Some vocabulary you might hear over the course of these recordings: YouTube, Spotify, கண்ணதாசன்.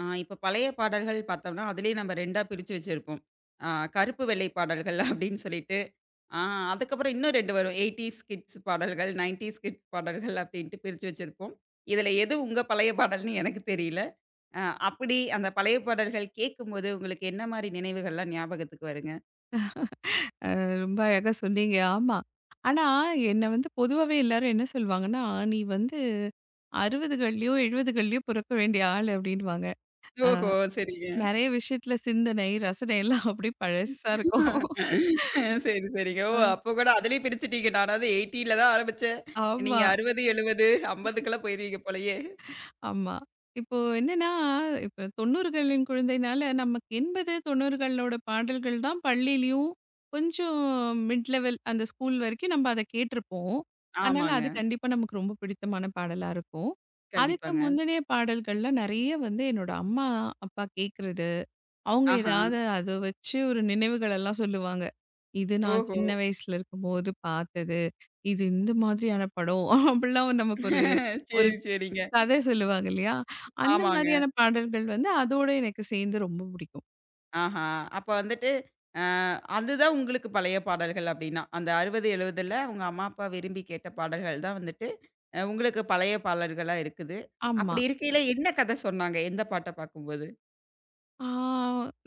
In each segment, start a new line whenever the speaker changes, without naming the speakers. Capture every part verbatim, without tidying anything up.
ஆ, இப்ப பழைய பாடல்கள் பார்த்தோம்னா, அதிலேயே நம்ம 2ஆ பிரிச்சு வச்சிருப்போம். ஆ, கருப்பு, வெள்ளை பாடல்கள் அப்படின்னு சொல்லிட்டு, ஆ, அதுக்கப்புறம் இன்னும் இரண்டு வரும். எய்ட்டீஸ் கிட்ஸ் பாடல்கள், நைண்டீஸ் கிட்ஸ் பாடல்கள் அப்படின்ட்டு பிரிச்சு வச்சிருப்போம். இதுல எது உங்க பழைய பாடல்னு எனக்கு தெரியல. அ அப்படி அந்த பழைய பாடல்கள் கேட்கும்போது, உங்களுக்கு என்ன மாரி நினைவுகள்லாம் ஞாபகத்துக்கு வருங்க?
ரொம்ப அழகா சொன்னீங்க. ஆமா. ஆனா, என்ன வந்து பொதுவாவே எல்லாரும் என்ன சொல்வாங்கன்னா, "நீ வந்து அறுபதுகள்லயோ, எழுபதுகள்லயோ பொறக்க வேண்டிய ஆள்" அப்படின்னுவாங்க. அ
ஓஹோ! சரிங்க.
நெறைய விஷயத்துல சிந்தனை, ரசனை எல்லாம் அப்படியே பழசா இருக்கும்.
அஹ் சரி, சரிங்க. ஓ!
அ
அப்போ கூட அதிலேயே பிரிச்சுட்டீங்க. நானாவது எண்பதில தான் ஆரம்பிச்சேன்.
ஆமா.
நீங்க அறுபது, எழுபது, ஐம்பதுக்கெல்லாம் போயிருவீங்க போலயே.
ஆமா. இப்போ என்னன்னா, இப்ப தொண்ணூறுகளின் குழந்தைனால நமக்கு எண்பது, தொண்ணூறுகளோட பாடல்கள் தான் பள்ளியிலயும் கொஞ்சம் மிட் லெவல் அந்த ஸ்கூல் வரைக்கும் நம்ம அத கேட்டிருப்போம். அதனால
ஆமாங்க.
அது கண்டிப்பா நமக்கு ரொம்ப பிடித்தமான பாடலா இருக்கும். அதுக்கு
கண்டிப்பாங்க.
முந்தினிய பாடல்கள்ல நெறைய வந்து என்னோட அம்மா, அப்பா கேட்கறது, அவங்க
ஆஹா!
ஏதாவது அத வச்சு ஒரு நினைவுகள் எல்லாம் சொல்லுவாங்க. இது நான்
ஓஹோ!
சின்ன வயசுல இருக்கும்போது பார்த்தது. இது இந்த மாதிரியான படம். அப்படிலாம் நமக்கு ஒரு ஒரு
சரி, சரிங்க.
கதை சொல்லுவாங்க இல்லையா? அந்த
ஆமாங்க.
மாதிரியான பாடல்கள் வந்து அதோட எனக்கு சேர்ந்து ரொம்ப பிடிக்கும்.
ஆஹா! அப்ப வந்துட்டு, அ அதுதான் உங்களுக்கு பழைய பாடல்கள் அப்டின்னா. அந்த அறுபது, எழுபதில உங்க அம்மா, அப்பா விரும்பி கேட்ட பாடல்கள் தான் வந்துட்டு, அ உங்களுக்கு பழைய பாடல்களா இருக்குது.
ஆமா.
அப்படி இருக்கையில என்ன கதை சொன்னாங்க? எந்த பாட்ட பார்க்கும்போது?
ஆ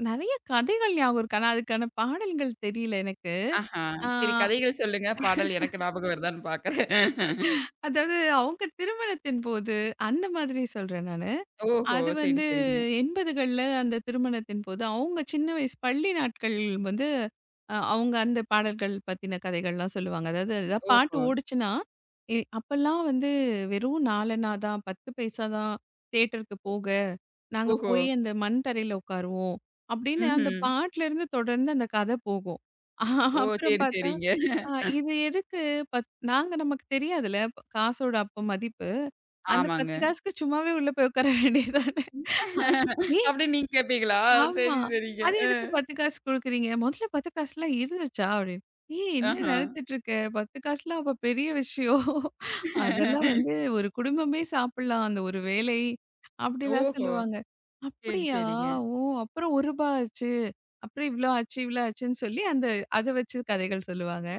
நெறைய கதைகள் ஞாபகம் இருக்கு. ஆனா அதுக்கான பாடல்கள் தெரியல எனக்கு.
ஆஹா!
ஆ
சரி, கதைகள் சொல்லுங்க. பாடல் எனக்கு ஞாபகம் வருதான்னு பார்க்குறேன்.
அதாவது அவங்க திருமணத்தின் போது அந்த மாதிரி சொல்றேன் நானு.
ஓஹோ!
அது
சரி,
வந்து
சரிங்க.
எண்பதுகள்ல அந்த திருமணத்தின் போது, அவங்க சின்ன வயசு பள்ளி நாட்கள் வந்து அ அவங்க அந்த பாடல்கள் பத்தின கதைகள்லாம் சொல்லுவாங்க. அதாவது ஏதாவது பாட்டு
ஓஹோ!
ஓடுச்சுன்னா, எ அப்பல்லாம் வந்து வெறும் நாலணா தான், 10 பைசா தான் தியேட்டருக்கு போக. நாங்க
ஓஹோ!
போய் அந்த மண் தரையில உட்காருவோம். அப்படின்னு அந்த
ம்ஹ்ம்.
பாட்டுலேருந்து தொடர்ந்து அந்த கதை போகும். அஹ்
ஓ!
அப்புறம்
சரி,
பார்த்தா,
சரிங்க.
அ இது எதுக்கு பத் நாங்க நமக்கு தெரியாதுல்ல, அப்ப காசோட அப்ப மதிப்பு. அந்த
ஆமாங்க.
பத்து காசுக்கு சும்மாவே உள்ள போய் உட்கார வேண்டியது தானே! அ ஏன்
அப்டின்னு நீங்க கேட்பீங்களா?
ஆமா.
சரி, சரிங்க.
அது
அ.
எதுக்கு பத்து காசு குடுக்குறீங்க? முதல்ல பத்து காசுலாம் இருந்துச்சா? அப்படின்னு. ஏய் என்ன
ஆஹா.
நினைச்சிட்டு இருக்க? பத்து காசுலாம் அப்ப பெரிய விஷயம். அதெல்லாம் வந்து ஒரு குடும்பமே சாப்பிடலாம். அந்த ஒரு வேளை. அப்படிலாம்
ஓஹோ!
சொல்லுவாங்க.
சரி,
அப்படியா?
சரிங்க.
ஓ! அப்புறம் ரூ. ஒன்று ஆச்சு. அப்புறம் இவ்ளோ ஆச்சு, இவ்ளோ ஆச்சுன்னு சொல்லி அந்த அத வச்சு கதைகள் சொல்லுவாங்க.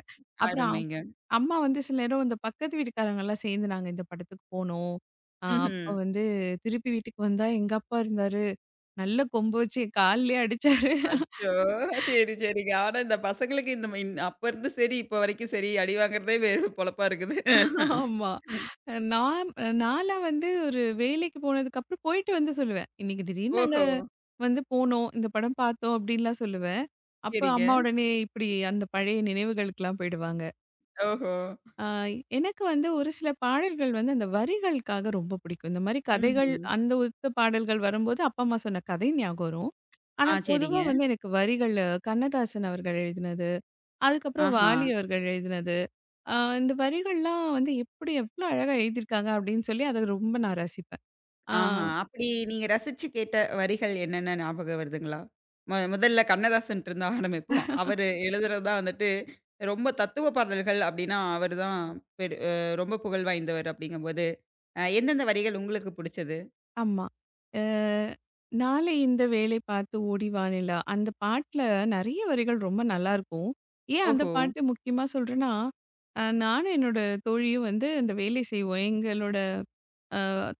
அப்புறம்
அருமைங்க.
அம்மா வந்து சில நேரம் இந்த பக்கத்து வீட்டுக்காரங்கலாம் சேர்ந்து நாங்க இந்த படத்துக்கு போனோம். அ அப்ப
ம்ஹ்ம்.
வந்து திருப்பி வீட்டுக்கு வந்தா எங்க அப்பா இருந்தாரு. நல்ல கொம்பு வச்சு என் கால்லயே அடிச்சாரு.
அச்சோ! சரி, சரிங்க. ஆனா இந்த பசங்களுக்கு இந்த மை அப்ப இருந்து சரி, இப்ப வரைக்கும் சரி, அடி வாங்குறதே வேறு பொழப்பா இருக்குது.
ஆமா.
ம்.
நான் நான்லாம் வந்து ஒரு வேலைக்கு போனதுக்கப்புறம் போயிட்டு வந்து சொல்லுவேன். "இன்னைக்கு திடீர்னு நாங்க
ஓஹோ!
வந்து போனோம். இந்த படம் பார்த்தோம்." அப்படின்லாம் சொல்லுவேன். அப்ப
சரிங்க.
அம்மா உடனே இப்படி அந்த பழைய நினைவுகளுக்கெல்லாம் போயிடுவாங்க.
ஓஹோ!
அ எனக்கு வந்து ஒரு சில பாடல்கள் வந்து அந்த வரிகளுக்காக ரொம்ப பிடிக்கும். இந்த மாரி கதைகள்
ம்ஹ்ம்.
அந்த ஒத்த பாடல்கள் வரும்போது அப்பா, அம்மா சொன்ன கதை ஞாபகம் வரும். ஆனா
ஆ,
பொதுவா
சரிங்க.
வந்து எனக்கு வரிகள் கண்ணதாசன் அவர்கள் எழுதினது, அதுக்கப்புறம்
ஆஹா.
வாலி அவர்கள் எழுதினது ஆ, இந்த வரிகள்லாம் வந்து எப்படி எவ்வளோ அழகா எழுதியிருக்காங்க அப்படின்னு சொல்லி அதை ரொம்ப நான் ரசிப்பேன். ஆ
ஆஹா. அப்படி நீங்க ரசிச்சு கேட்ட வரிகள் என்னென்ன ஞாபகம் வருதுங்களா? மொ முதல்ல கண்ணதாசன்ட்ட இருந்து ஆரம்பிப்போம். அவரு எழுதுறது தான் வந்துட்டு ரொம்ப தத்துவ பாடல்கள் அப்படின்னா, அவரு தான் பெரு அ ரொம்ப புகழ் வாய்ந்தவர் அப்படிங்கும்போது அ எந்தெந்த வரிகள் உங்களுக்கு புடிச்சது?
ஆமா. அ நாளை இந்த வேலை பார்த்து ஓடி வா நிலா. அந்த பாட்டுல நெறைய வரிகள் ரொம்ப நல்லாயிருக்கும். ஏன் அந்த
ஓஹோ!
பாட்டு முக்கியமா சொல்றேன்னா, அ நானும் என்னோட தோழியும் வந்து அந்த வேலை செய்வோம். எங்களோட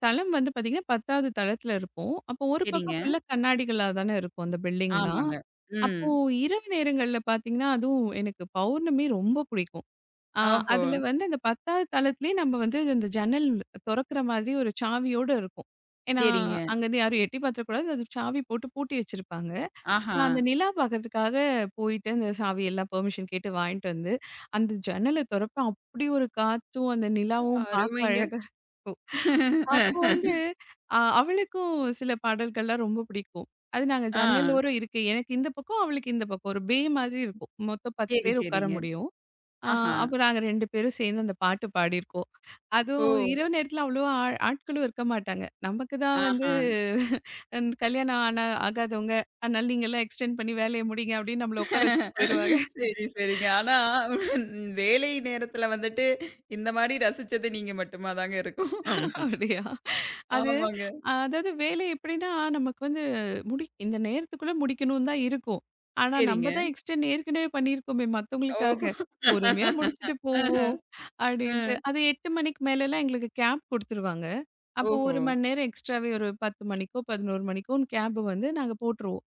தளம் வந்து பார்த்தீங்கன்னா, பத்தாவது தளத்துல இருப்போம். அப்போ ஒரு பக்கம்
சரிங்க.
ஃபுல்லா கண்ணாடிகளா தானே இருக்கும் அந்த பில்டிங்லாம்.
ஆமாங்க. ம்.
அப்போ இரவு நேரங்கள்ல பார்த்தீங்கன்னா, அதுவும் எனக்கு பௌர்ணமி ரொம்ப பிடிக்கும். ஆ
ஓஹோ!
அதுல வந்து அந்த பத்தாவது தளத்திலேயே நம்ம வந்து இந்த ஜன்னல் தொறக்கிற மாதிரி ஒரு சாவியோட இருக்கும். ஏன்னா,
சரிங்க.
அங்கருந்து யாரும் எட்டி பார்த்துறக்கூடாது. அது சாவி போட்டு பூட்டி வச்சிருப்பாங்க.
ஆஹா!
நான் அந்த நிலா பார்க்கறதுக்காக போயிட்டு அந்த சாவியெல்லாம் பெர்மிஷன் கேட்டு வாங்கிட்டு வந்து, அந்த ஜன்னல தொறப்பேன். அப்படி ஒரு காத்தும், அந்த நிலாவும் பார்க்க
அருமைங்க.
அழகா இருக்கும். அப்போ வந்து அ அவளுக்கும் சில பாடல்கள்லாம் ரொம்ப பிடிக்கும். அது நாங்க
ஆ.
ஜன்னலோரம் இருக்கை. எனக்கு இந்த பக்கம், அவளுக்கு இந்த பக்கம். ஒரு பே மாதிரி இருக்கும். மொத்தம் 10
சரி,
பேர் உட்கார
சரிங்க.
முடியும். ஆ
ஆஹா!
அப்ப நாங்க 2 பேரும் சேர்ந்து அந்த பாட்டு பாடியிருக்கோம்.
ஓ!
அதுவும் இரவு நேரத்தில அவ்வளவா ஆ ஆட்களும் இருக்க மாட்டாங்க. நமக்கு தான் வந்து
ஆஹா!
அஹ், கல்யாணம் ஆன ஆகாதவங்க. அதனால நீங்கலாம் எக்ஸ்டெண்ட் பண்ணி வேலைய முடிங்க அப்படின்னு நம்மள உட்கார வச்சுட்டு போயிருவாங்க.
சரி, சரிங்க. ஆனா வேலை நேரத்துல வந்துட்டு, இந்த மாரி ரசிச்சது நீங்க மட்டுமா தாங்க இருக்கும்.
அப்படியா? அது
ஆமாங்க.
அஹ், அதாவது வேலை எப்படின்னா நமக்கு வந்து முடி இந்த நேரத்துக்குள்ள முடிக்கணும்னு தான் இருக்கும். ஆனா நம்ம
சரிங்க.
தான் எக்ஸ்டெண்ட் ஏற்கனவே பண்ணியிருக்கோமே
ஓஹோ!
மத்தவங்களுக்காக. பொறுமையா முடிச்சுட்டு
அஹ.
போவோம்
அ.
அப்படின்ட்டு. அது 8 மணிக்கு மேலலாம் எங்களுக்கு கேப் குடுத்துருவாங்க. அப்போ
ஓஹோ!
1 மணி நேரம் எக்ஸ்ட்ராவே ஒரு 10 மணிக்கோ, 11 மணிக்கோன்னு கேப் வந்து நாங்க போட்டுருவோம்.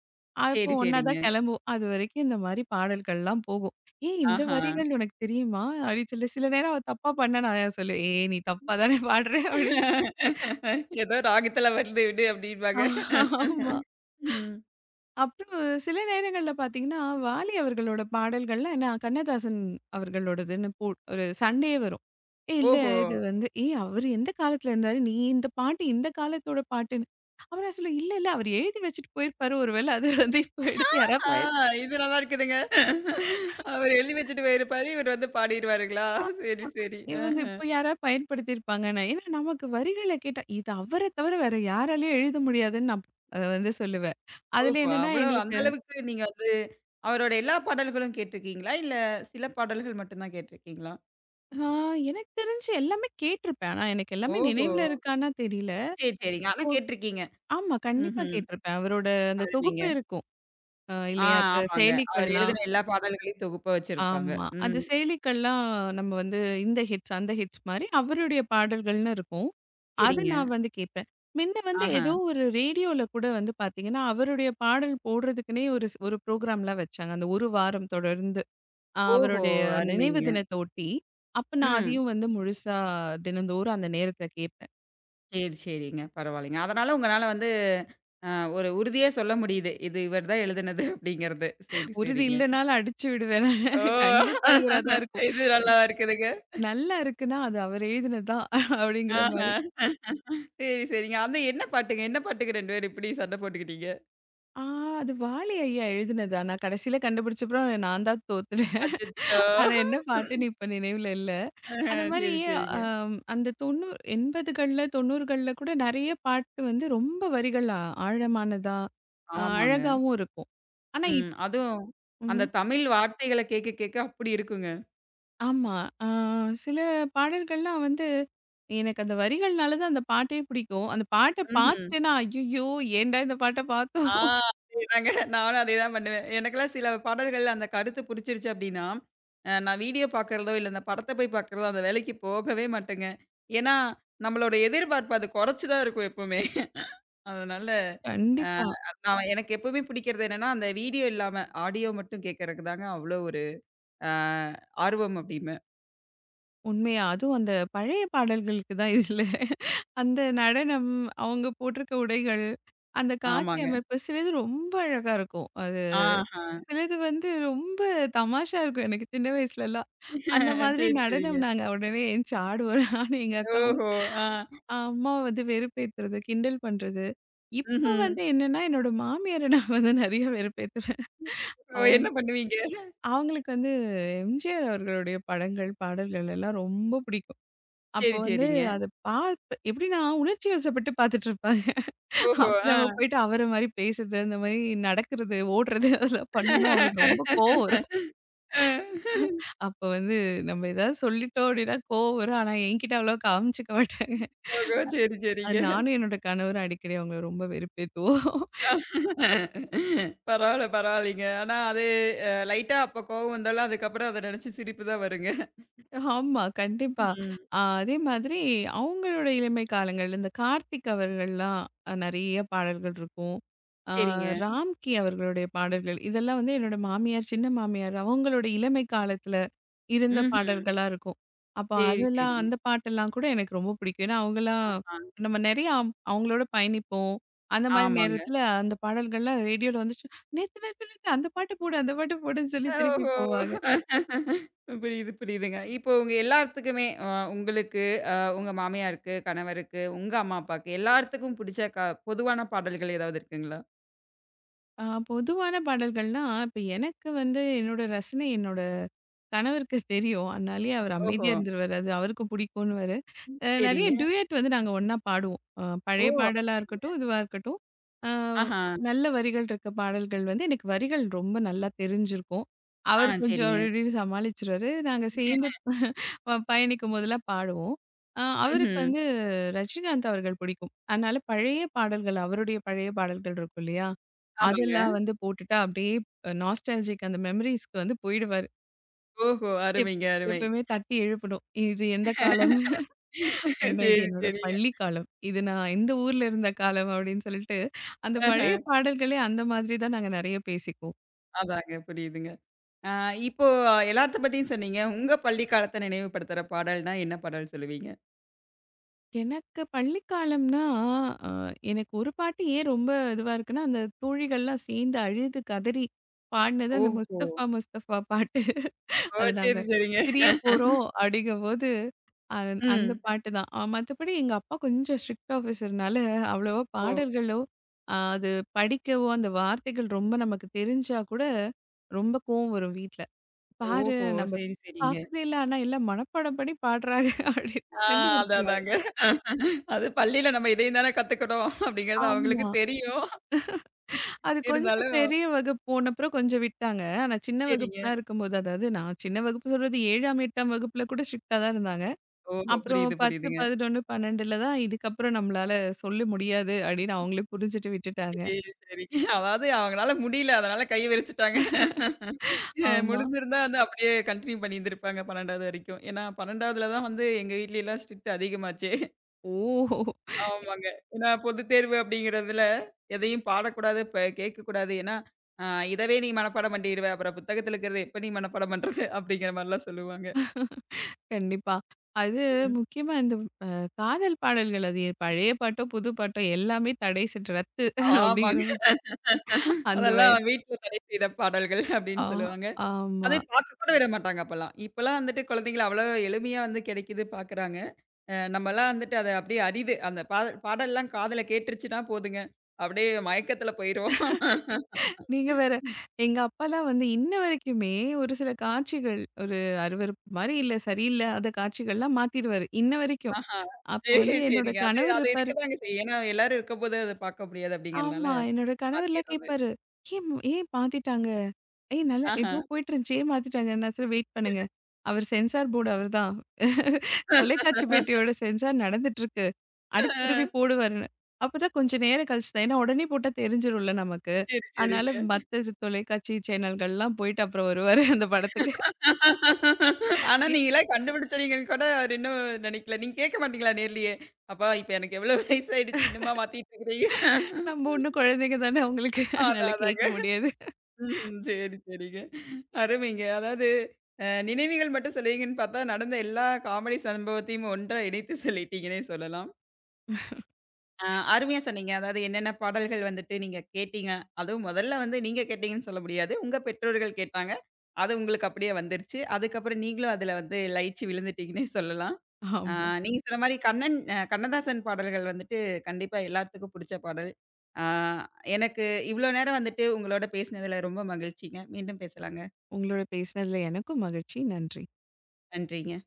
அப்போ
சரி,
ஒண்ணா
சரிங்க.
தான் கிளம்புவோம். அதுவரைக்கும் இந்த மாரி பாடல்கள்லாம் போகும். "ஏய் இந்த
ஆஹா!
வரிகள் உனக்கு தெரியுமா?" அப்படின்னு சொல்லி சில நேரம் அவ தப்பா பண்ண நான் சொல்லுவேன், "ஏய் நீ தப்பா தானே பாடுற" அப்படின்னு.
ஏதோ ராகத்துல வருது விடு அப்படிம்பாங்க.
ஆமா.
ம்.
அப்புறம் சில நேரங்கள்ல பார்த்தீங்கன்னா, வாலி அவர்களோட பாடல்கள்லாம் நான் கண்ணதாசன் அவர்களோடதுன்னு போ ஒரு சண்டையே வரும். "ஏய் இல்ல
ஓஹோ!
இது வந்து ஏய் அவரு எந்த காலத்துல இருந்தாரு? நீ இந்த பாட்டு இந்த காலத்தோட பாட்டுன்னு." அப்ப நான் சொல்லுவேன், "இல்ல, இல்ல அவரு எழுதி வச்சுட்டு போயிருப்பாரு. ஒரு வேள அது வந்து இப்போ எடுத்து யாராவது
ஆ,
பயன்
இது நல்லா இருக்குதுங்க. அவரு எழுதி வச்சுட்டு போயிருப்பாரு. இவரு வந்து பாடிருவாருங்களா?
ஆ
சரி, சரி. அ.
இவங்க இப்போ யாராவது பயன்படுத்தியிருப்பாங்க." நான் ஏன்னா நமக்கு வரிகள கேட்டா, இது அவர தவிர வேற யாராலயும் எழுத முடியாதுன்னு நான் அத வந்து சொல்லுவேன். அதுல
ஓஹோ!
என்னன்னா
அவ்வளோ அந்த
எங்களுக்கு
அளவுக்கு நீங்க வந்து அவரோட எல்லா பாடல்களும் கேட்டிருக்கீங்களா? இல்ல சில பாடல்கள் மட்டும் தான் கேட்டிருக்கீங்களா?
ஆ எனக்கு தெரிஞ்சு எல்லாமே கேட்டிருப்பேன். ஆனா எனக்கு எல்லாமே
ஓஹோ!
நினைவுல இருக்கான்னா தெரியல.
சரி, சரிங்க. ஆனா
ஓ!
கேட்டிருக்கீங்க.
ஆமா. கண்டிப்பா
ம்ஹ்ம்.
கேட்டிருப்பேன். அவரோட அந்த தொகுப்பு
அருமைங்க.
இருக்கும். அ
ஆ,
இல்லையா? இப்ப
ஆமாங்க. அவர்
செயலிகள்லாம்
எழுதின எல்லா பாடல்களையும் தொகுப்பா வச்சிருப்பாங்க.
ஆமா. அந்த
ம்.
செயலிகள்லாம் நம்ம வந்து இந்த ஹிட்ஸ், அந்த ஹிட்ஸ் மாரி அவருடைய பாடல்கள்னு இருக்கும். அது
சரிங்க.
நான் வந்து கேட்பேன். முன்ன வந்து
ஆஹா.
ஏதோ ஒரு ரேடியோல கூட வந்து பார்த்தீங்கன்னா, அவருடைய பாடல் போடுறதுக்குன்னே ஒரு ஸ் ஒரு ப்ரோகிராம்லாம் வச்சாங்க. அந்த 1 வாரம் தொடர்ந்து. அ
ஓஹோ!
அவருடைய நினைவு
அருமைங்க.
தினத்த ஒட்டி. அப்ப நான்
ம்.
அதையும் வந்து முழுசா தினந்தோறும் அந்த நேரத்துல கேட்பேன்.
சரி, சரிங்க. பரவாயில்லைங்க. அதனால உங்கனால வந்து அ ஒரு உறுதியா சொல்ல முடியுது. இது இவர் தான் எழுதுனது அப்படிங்கிறது. சரி,
உறுதி
சரிங்க.
இல்லனாலும் அடிச்சு விடுவேன்.
ஓ!
கண்டிப்பா இவரா தான் இருக்கும்.
இது நல்லா இருக்குதுங்க.
நல்லா இருக்குன்னா, அது அவர் எழுதினது தான் அப்படிங்கிற
ஆஹ.
மாரி.
சரி, சரிங்க. அந்த என்ன பாட்டுங்க? என்ன பாட்டுக்கு இரண்டு பேரும் இப்படி சண்டை போட்டுக்கிட்டீங்க?
ஆ அது வாலி ஐயா எழுதினதா? நான் கடைசியில கண்டுபிடிச்சப்புறம் நான் தான் தோத்துட்டேன்.
அச்சச்சோ!
ஆனா என்ன பாட்டுன்னு இப்ப நினைவுல இல்ல.
அஹ.
அந்த மாரி
சரி, சரிங்க.
அ அந்த தொண்ணூறு எண்பதுகள்ல தொண்ணூறுகள்ல கூட நெறைய பாட்டு வந்து ரொம்ப வரிகள் ஆ ஆழமானதா, அ
ஆமாங்க.
அழகாவும் இருக்கும். ஆனா இப்
ம். அதுவும்
ம்ஹ்ம்.
அந்த தமிழ் வார்த்தைகள கேட்க கேட்க அப்படி இருக்குங்க.
ஆமா. அ சில பாடல்கள்லாம் வந்து எனக்கு அந்த வரிகள்னால தான் அந்த பாட்டே பிடிக்கும். அந்த பாட்ட
ம்ஹ்ம்.
பாத்துட்டேன்னா, ஐய்யயோ! ஏன்டா இந்த பாட்ட பாத்தோம்.
ஆ, அதேதாங்க. நானும் அதேதான் பண்ணுவேன். எனக்கெல்லாம் சில பாடல்கள் அந்த கருத்து புடிச்சிருச்சு அப்டின்னா, அ நான் வீடியோ பாக்குறதோ, இல்ல அந்த படத்த போய் பாக்குறதோ அந்த வேலைக்கு போகவே மாட்டேங்க. ஏன்னா, நம்மளோட எதிர்பார்ப்பு அது குறைச்சு தான் இருக்கும் எப்பவுமே. அதனால அ
கண்டிப்பா.
நான் எனக்கு எப்பவுமே பிடிக்கிறது என்னன்னா, அந்த வீடியோ இல்லாம ஆடியோ மட்டும் கேட்கறக்கு தாங்க அவ்ளோ ஒரு அ ஆர்வம் அப்டிம்பேன்.
உண்மையா. அதுவும் அந்த பழைய பாடல்களுக்கு தான் இதுல அந்த நடனம், அவங்க போட்டிருக்க உடைகள், அந்த காட்சி
ஆமாங்க.
அமைப்பு சிலது ரொம்ப அழகா இருக்கும். அது
ஆஹா.
சிலது வந்து ரொம்ப தமாஷா இருக்கும் எனக்கு சின்ன வயசுலலாம். அந்த மாதிரி
சரி, சரிங்க.
நடனம் நாங்க உடனே எந்திச்சு ஆடுவோம். நானும் எங்க அக்காவும்.
ஓஹோ! ஆ.
அம்மாவ வந்து வெறுப்பேத்துறது, கிண்டல் பண்றது. இப்ப
ம்ஹ்ம்.
வந்து என்னன்னா, என்னோட மாமியார நான் வந்து நெறைய வெறுப்பேத்துறேன்.
ஓ,
அவங்
என்ன பண்ணுவீங்க?
அவங்களுக்கு வந்து எம்ஜிஆர் அவர்களுடைய படங்கள், பாடல்கள் எல்லாம் ரொம்ப பிடிக்கும். அப்போ
சரி,
வந்து
சரிங்க.
அத பார்ப்ப எப்படின்னா உணர்ச்சி வசப்பட்டு பார்த்துட்டுருப்பேன்.
ஓஹோ!
அப்ப
ஆ.
நம்ம போயிட்டு அவர மாரி பேசுறது, அந்த மாரி நடக்கிறது, ஓடுறது அதெல்லாம் பண்ணோம்னா அவங்களுக்கு ரொம்ப கோவம் வரும்.
அ.
அப்ப வந்து நம்ம ஏதாவது சொல்லிட்டோம் அப்படின்னா கோவம் வரும். ஆனா என்கிட்ட அவ்வளவா காமிச்சுக்க மாட்டாங்க.
ஓஹோ! சரி,
அது
சரிங்க.
நானும் என்னோட கணவரும் அடிக்கடி அவங்கள ரொம்ப வெறுப்பேத்துவோம்.
பரவால்ல, பரவால்லைங்க. ஆனா அது லைட்டா அப்ப கோவம் வந்தாலும், அதுக்கப்புறம் அத நெனச்சு சிரிப்பு தான் வருங்க.
ஆமா, கண்டிப்பா.
ம்.
அ அதே மாதிரி அவங்களோட இளமை காலங்கள், இந்த கார்த்திக் அவர்கள்லாம் அ நெறைய பாடல்கள் இருக்கும். அ
சரிங்க.
ராம்கி அவர்களுடைய பாடல்கள், இதெல்லாம் வந்து என்னோட மாமியார், சின்ன மாமியார் அவங்களோட இளமை காலத்துல இருந்த
ம்ஹ்ம்.
பாடல்களா இருக்கும். அப்போ
சரி,
அதெல்லாம்
சரிங்க.
அந்த பாட்டெல்லாம் கூட எனக்கு ரொம்ப பிடிக்கும். ஏன்னா, அவங்கலாம்
ஆ,
நம்ம நெறைய அவ் அவங்களோட பயணிப்போம். அந்த மாரி
ஆமாங்க.
நேரத்துல அந்த பாடல்கள்லாம் ரேடியோல வந்துச்சு, "நேத்து, நேத்து, நேத்து அந்த பாட்டு போடு, அந்த பாட்டு போடுன்னு" சொல்லி திருப்பி
ஓஹோ!
போவாங்க.
புரியுது, புரியுதுங்க. இப்போ உங்க எல்லாத்துக்குமே அ உங்களுக்கு, அ உங்க மாமியாருக்கு, கணவருக்கு, உங்க அம்மா அப்பாக்கு எல்லாத்துக்கும் புடிச்ச க பொதுவான பாடல்கள் ஏதாவது இருக்குங்களா?
ஆ பொதுவான பாடல்கள்னா, இப்ப எனக்கு வந்து என்னோட ரசனை என்னோட கணவருக்கு தெரியும். அதனாலேயே அவரு
ஓஹோ!
அமைதியா இருந்துருவாரு. அது அவருக்கும் பிடிக்கும்னு வேற. அ நெறைய
சரிங்க.
டூயட் வந்து நாங்க ஒண்ணா பாடுவோம். அ
ஓ!
பழைய பாடலா
அப்படிங்களா?
இருக்கட்டும், இதுவா இருக்கட்டும். அ
ஆஹா.
நல்ல வரிகள் இருக்க பாடல்கள் வந்து எனக்கு வரிகள் ரொம்ப நல்லா தெரிஞ்சிருக்கும்.
ஆ,
அவர் கொஞ்சம்
சரிங்க.
அப்படி இப்படின்னு சமாளிச்சுருவாரு. நாங்க சேர்ந்து ப பயணிக்கும்போதெல்லாம் பாடுவோம். அ அவருக்கு
ம்ஹ்ம்.
வந்து ரஜினிகாந்த் அவர்கள் பிடிக்கும். அதனால பழைய பாடல்கள், அவருடைய பழைய பாடல்கள் இருக்கும் இல்லையா?
ஆமாங்க.
அதெல்லாம் வந்து போட்டுட்டா அப்படியே நாஸ்டால்ஜிக் அந்த மெமரீஸ்க்கு வந்து போயிடுவாரு.
ஓஹோ!
எப்
அருமைங்க, அருமை.
எப்பவுமே தட்டி எழுப்பணும். இது எந்த காலம்? அப்படின்னா,
சரி,
இது என்னோட
சரிங்க.
பள்ளி காலம். இது நான் இந்த ஊர்ல இருந்த காலம் அப்படின்னு சொல்லிட்டு, அந்த
ஆஹ.
பழைய பாடல்களே அந்த மாதிரி தான் நாங்க நெறைய பேசிக்குவோம்.
அதாங்க புரியுதுங்க. ஆ, இப்போ எல்லாத்த பத்தியும் சொன்னீங்க. உங்க பள்ளி காலத்த நினைவுபடுத்துற பாடல்னா என்ன பாடல் சொல்லுவீங்க?
எனக்கு பள்ளி காலம்னா, அ எனக்கு ஒரு பாட்டு ஏன் ரொம்ப இதுவா இருக்குன்னா, அந்த தோழிகள்லாம் சேர்ந்து அழுது கதறி பாடுனது அந்த
ஓஹோ!
முஸ்தஃபா முஸ்தஃபா பாட்டு.
ஓ!
அது நாங்க
சரி, சரிங்க.
பிரிய போறோம் அப்படிங்கும்போது, அந் அந்த
ம்.
பாட்டு தான். அ மத்தபடி எங்க அப்பா கொஞ்சம் ஸ்ட்ரிக்ட் ஆஃபீசர்னால அவ்வளவா
ஓ!
பாடல்களோ, அ அது படிக்கவோ அந்த வார்த்தைகள் ரொம்ப நமக்கு தெரிஞ்சா கூட ரொம்ப கோவம் வரும் வீட்ல. "பாரு
ஓஹோ!
நம்ம
சரி, சரிங்க.
பாக்கறதே இல்ல. ஆனா எல்லாம் மனப்பாடம் பண்ணி பாடுறாங்க" அப்படின்னு
ஆ, அது
கண்டுபிடிச்சிருவாரு.
அதாங்க. அது பள்ளியில நம்ம இதையும் தானே கத்துக்கிறோம் அப்படிங்கிறது அவங்களுக்கு
ஆமா.
தெரியும்.
அது கொஞ்சம்
இருந்தாலும்
பெரிய வகுப்பு போனப்புறம் கொஞ்சம் விட்டாங்க. ஆனா சின்ன
சரிங்க.
வகுப்புலாம் இருக்கும்போது, அதாவது நான் சின்ன வகுப்பு சொல்றது ஏழாம், எட்டாம் வகுப்புல கூட ஸ்ட்ரிக்ட்டா தான் இருந்தாங்க.
ஓஹோ!
அப்புறம்
புரியுது,
பத்து,
புரியுதுங்க.
பதினொன்று, பன்னிரண்டுல தான் இதுக்கப்புறம் நம்மளால சொல்ல முடியாது அப்படின்னு அவங்களே புரிஞ்சுட்டு விட்டுட்டாங்க.
சரி, சரி. அதாவது அவங்களால முடியல. அதனால கைய விரிச்சுட்டாங்க. அ
ஆமா.
முடிஞ்சிருந்தா வந்து அப்படியே கன்டின்யூ பண்ணியிருந்திருப்பாங்க பன்னிரண்டாம் வரைக்கும். ஏன்னா பன்னிரண்டாம் வகுப்புல தான் வந்து எங்க வீட்லலாம் ஸ்ட்ரிக்ட் அதிகமாச்சே.
ஓ!
ஆமாங்க. ஏன்னா பொதுத் தேர்வு அப்படிங்கிறதுல எதையும் பாடக்கூடாது, ப கேட்கக்கூடாது. ஏன்னா அ "இதவே நீ மனப்பாடம் பண்ணிடுவ. அப்புறம் புத்தகத்துல இருக்கிறத எப்ப நீ மனப்பாடம் பண்றது?" அப்படிங்கிற மாரிலாம் சொல்லுவாங்க.
கண்டிப்பா. அது
ம்.
முக்கியமா இந்த அ காதல் பாடல்கள் அது பழைய பாட்டோ, புது பாட்டோ எல்லாமே தடை சட்டு ரத்து அப்படிங்கிற
ஆமாங்க.
மாரி அந்த
அதெல்லாம்
வயது
வீட்ல தடை செய்த பாடல்கள் அப்படின்னு
ஆ
சொல்லுவாங்க.
ஆமா.
அதை பார்க்க கூட விட மாட்டாங்க அப்பலாம். இப்பலாம் வந்துட்டு குழந்தைங்கள அவ்வளோ எளிமையா வந்து கிடைக்குது பார்க்குறாங்க. அ நம்மலாம் வந்துட்டு அத அப்படியே அரிது. அந்த பாத பாடல்லாம் காதுல கேட்டுருச்சுன்னா போதுங்க. அப்படியே மயக்கத்துல போயிருவோம்.
நீங்க வேற எங்க அப்பாலாம் வந்து இன்ன வரைக்குமே ஒரு சில காட்சிகள் ஒரு அருவருப்பு மாரி இல்ல சரியில்லாத காட்சிகள்லாம் மாத்திருவாரு. இன்ன வரைக்கும்.
ஆஹா.
அப்போ வந்து
சரி,
என்னோட
சரிங்க. அது
கணவர்
அது
இருப்பாரு.
இருக்கதாங்க செய்யும். ஏன்னா எல்லாரும் இருக்கும்போது அத பார்க்க முடியாது அப்படிங்கிறனால
ஆமா. என்னோட கணவர்லாம்
மாத்திர்றது.
கேட்பாரு. "ஏன் மு- ஏன் மாத்திட்டாங்க? ஏய் நல்லா
ஆஹா.
ஏதோ போயிட்டு இருந்துச்சு. ஏன் மாத்திட்டாங்க?" நான் சொல்லுவேன், "வெயிட் பண்ணுங்க. அவர் சென்சார் போர்டு அவர்தான். தொலைக்காட்சி பெட்டியோட சென்சார் நடந்துட்டுருக்கு. அடுத்து திருப்பி
ஆ,
போடுவாருன்னு." அப்பதான் கொஞ்சம் நேரம் கழிச்சு தான். ஏன்னா உடனே போட்டா தெரிஞ்சிரும்ல நமக்கு.
சரி,
அதனால
சரிங்க.
மத்த தொலைக்காட்சி சேனல்கள்லாம் போயிட்டு அப்புறம் வருவாரு அந்த படத்துக்கு.
ஆனா நீங்கலாம் கண்டுபிடிச்சிருவீங்கன்னு கூட அவரு இன்னும் நினைக்கல. நீங்க கேட்க மாட்டீங்களா நேர்லயே? "அப்பா இப்ப எனக்கு எவ்வளோ வயசாயிடுச்சு இன்னுமா மாத்திட்டு இருக்கிறீங்க?"
நம்ம இன்னும் குழந்தைங்க தானே அவங்களுக்கு. அதனால
அதான் அதாங்க.
கேட்க முடியாது.
ம்ஹ்ம். சரி, சரிங்க. அருமைங்க. அதாவது அ நினைவுகள் மட்டும் சொல்லுவீங்கன்னு பார்த்தா, நடந்த எல்லா காமெடி சம்பவத்தையும் ஒன்றா இணைத்து சொல்லிட்டீங்கன்னே சொல்லலாம். அ அருமையா சொன்னீங்க. அதாவது என்னென்ன பாடல்கள் வந்துட்டு நீங்க கேட்டீங்க. அதுவும் முதல்ல வந்து நீங்க கேட்டீங்கன்னு சொல்ல முடியாது. உங்க பெற்றோர்கள் கேட்டாங்க. அது உங்களுக்கு அப்படியே வந்துருச்சு. அதுக்கப்புறம் நீங்களும் அதில வந்து லயிச்சு விழுந்துட்டீங்கன்னே சொல்லலாம். அ
ஆமா.
நீங்க சொன்ன மாரி கண்ணன் அ கண்ணதாசன் பாடல்கள் வந்துட்டு கண்டிப்பா எல்லாத்துக்கும் புடிச்ச பாடல். அ எனக்கு இவ்வளோ நேரம் வந்துட்டு உங்களோட பேசினதில ரொம்ப மகிழ்ச்சிங்க. மீண்டும் பேசலாங்க.
உங்களோட பேசினதுல எனக்கும் மகிழ்ச்சி. நன்றி.
நன்றிங்க.